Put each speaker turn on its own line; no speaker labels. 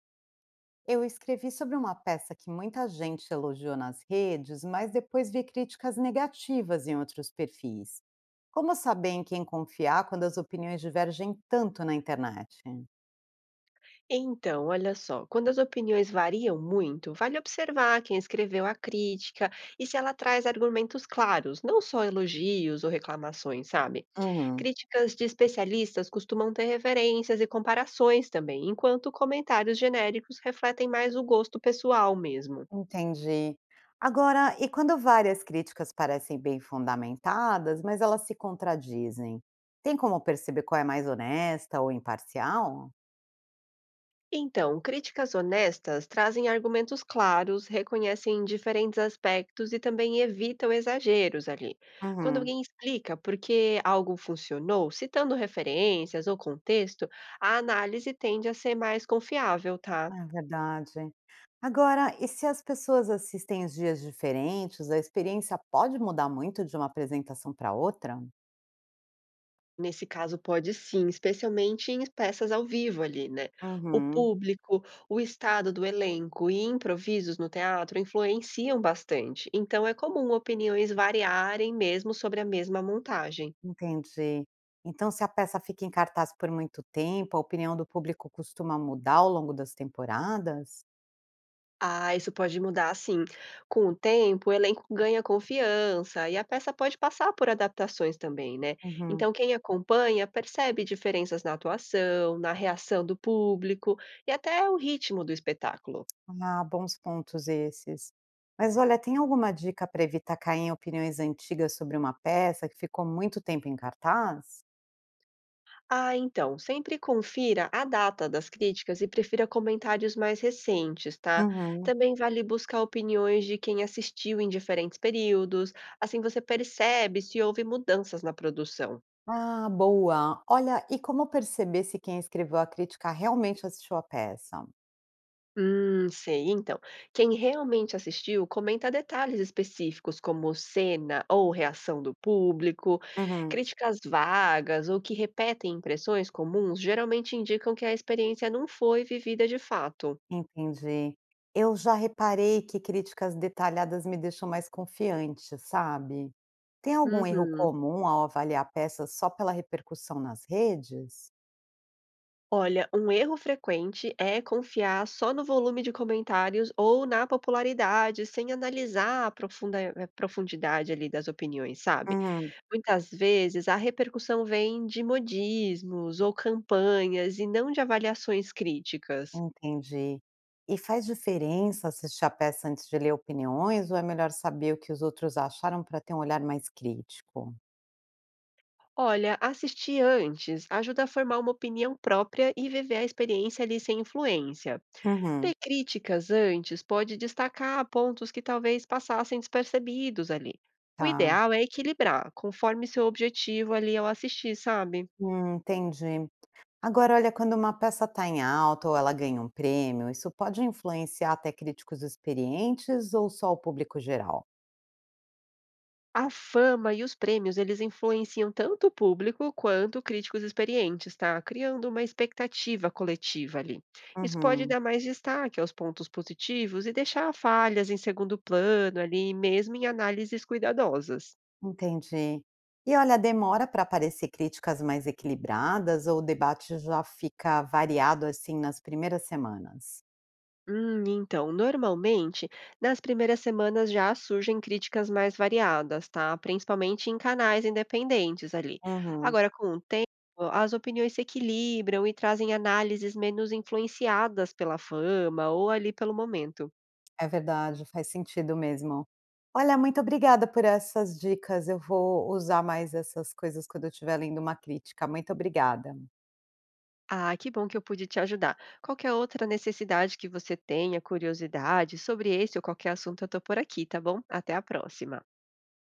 Eu escrevi sobre uma peça que muita gente elogiou nas redes, mas depois vi críticas negativas em outros perfis. Como saber em quem confiar quando as opiniões divergem tanto na internet?
Então, olha só, quando as opiniões variam muito, vale observar quem escreveu a crítica e se ela traz argumentos claros, não só elogios ou reclamações, sabe?
Uhum.
Críticas de especialistas costumam ter referências e comparações também, enquanto comentários genéricos refletem mais o gosto pessoal mesmo.
Entendi. Agora, e quando várias críticas parecem bem fundamentadas, mas elas se contradizem? Tem como perceber qual é mais honesta ou imparcial?
Então, críticas honestas trazem argumentos claros, reconhecem diferentes aspectos e também evitam exageros ali. Quando
Uhum.
alguém explica por que algo funcionou, citando referências ou contexto, a análise tende a ser mais confiável, tá?
É verdade. Agora, e se as pessoas assistem os dias diferentes, a experiência pode mudar muito de uma apresentação para outra?
Nesse caso, pode sim, especialmente em peças ao vivo ali, né? O
Uhum,
público, o estado do elenco e improvisos no teatro influenciam bastante, então é comum opiniões variarem mesmo sobre a mesma montagem.
entendi. Então, se a peça fica em cartaz por muito tempo, a opinião do público costuma mudar ao longo das temporadas?
Ah, isso pode mudar sim. Com o tempo, o elenco ganha confiança e a peça pode passar por adaptações também, né?
Uhum.
Então, quem acompanha percebe diferenças na atuação, na reação do público e até o ritmo do espetáculo.
Ah, bons pontos esses. Mas olha, tem alguma dica para evitar cair em opiniões antigas sobre uma peça que ficou muito tempo em cartaz?
Ah, então, sempre confira a data das críticas e prefira comentários mais recentes, tá?
Uhum.
Também vale buscar opiniões de quem assistiu em diferentes períodos, assim você percebe se houve mudanças na produção.
Ah, boa. Olha, e como perceber se quem escreveu a crítica realmente assistiu a peça?
Sei. Então, quem realmente assistiu comenta detalhes específicos, como cena ou reação do público.
Uhum.
Críticas vagas ou que repetem impressões comuns geralmente indicam que a experiência não foi vivida de fato.
Entendi. Eu já reparei que críticas detalhadas me deixam mais confiante, sabe? Tem algum erro
Uhum.
comum ao avaliar peças só pela repercussão nas redes?
Olha, um erro frequente é confiar só no volume de comentários ou na popularidade, sem analisar a a profundidade ali das opiniões, sabe?
Uhum.
Muitas vezes a repercussão vem de modismos ou campanhas e não de avaliações críticas.
Entendi. E faz diferença assistir a peça antes de ler opiniões, ou é melhor saber o que os outros acharam para ter um olhar mais crítico?
Olha, assistir antes ajuda a formar uma opinião própria e viver a experiência ali sem influência.
Uhum.
Ler críticas antes pode destacar pontos que talvez passassem despercebidos ali. O
Tá.
ideal é equilibrar, conforme seu objetivo ali ao assistir, sabe?
Entendi. Agora, olha, quando uma peça está em alta ou ela ganha um prêmio, isso pode influenciar até críticos experientes ou só o público geral?
A fama e os prêmios, eles influenciam tanto o público quanto críticos experientes, tá? Criando uma expectativa coletiva ali. Isso pode
Uhum.
dar mais destaque aos pontos positivos e deixar falhas em segundo plano ali, mesmo em análises cuidadosas.
Entendi. E olha, demora para aparecer críticas mais equilibradas ou o debate já fica variado assim nas primeiras semanas?
Então, normalmente, nas primeiras semanas já surgem críticas mais variadas, tá? Principalmente em canais independentes ali.
Uhum.
Agora, com o tempo, as opiniões se equilibram e trazem análises menos influenciadas pela fama ou ali pelo momento.
É verdade, faz sentido mesmo. Olha, muito obrigada por essas dicas. Eu vou usar mais essas coisas quando eu estiver lendo uma crítica. Muito obrigada.
Ah, que bom que eu pude te ajudar. Qualquer outra necessidade que você tenha, curiosidade sobre esse ou qualquer assunto, eu tô por aqui, tá bom? Até a próxima.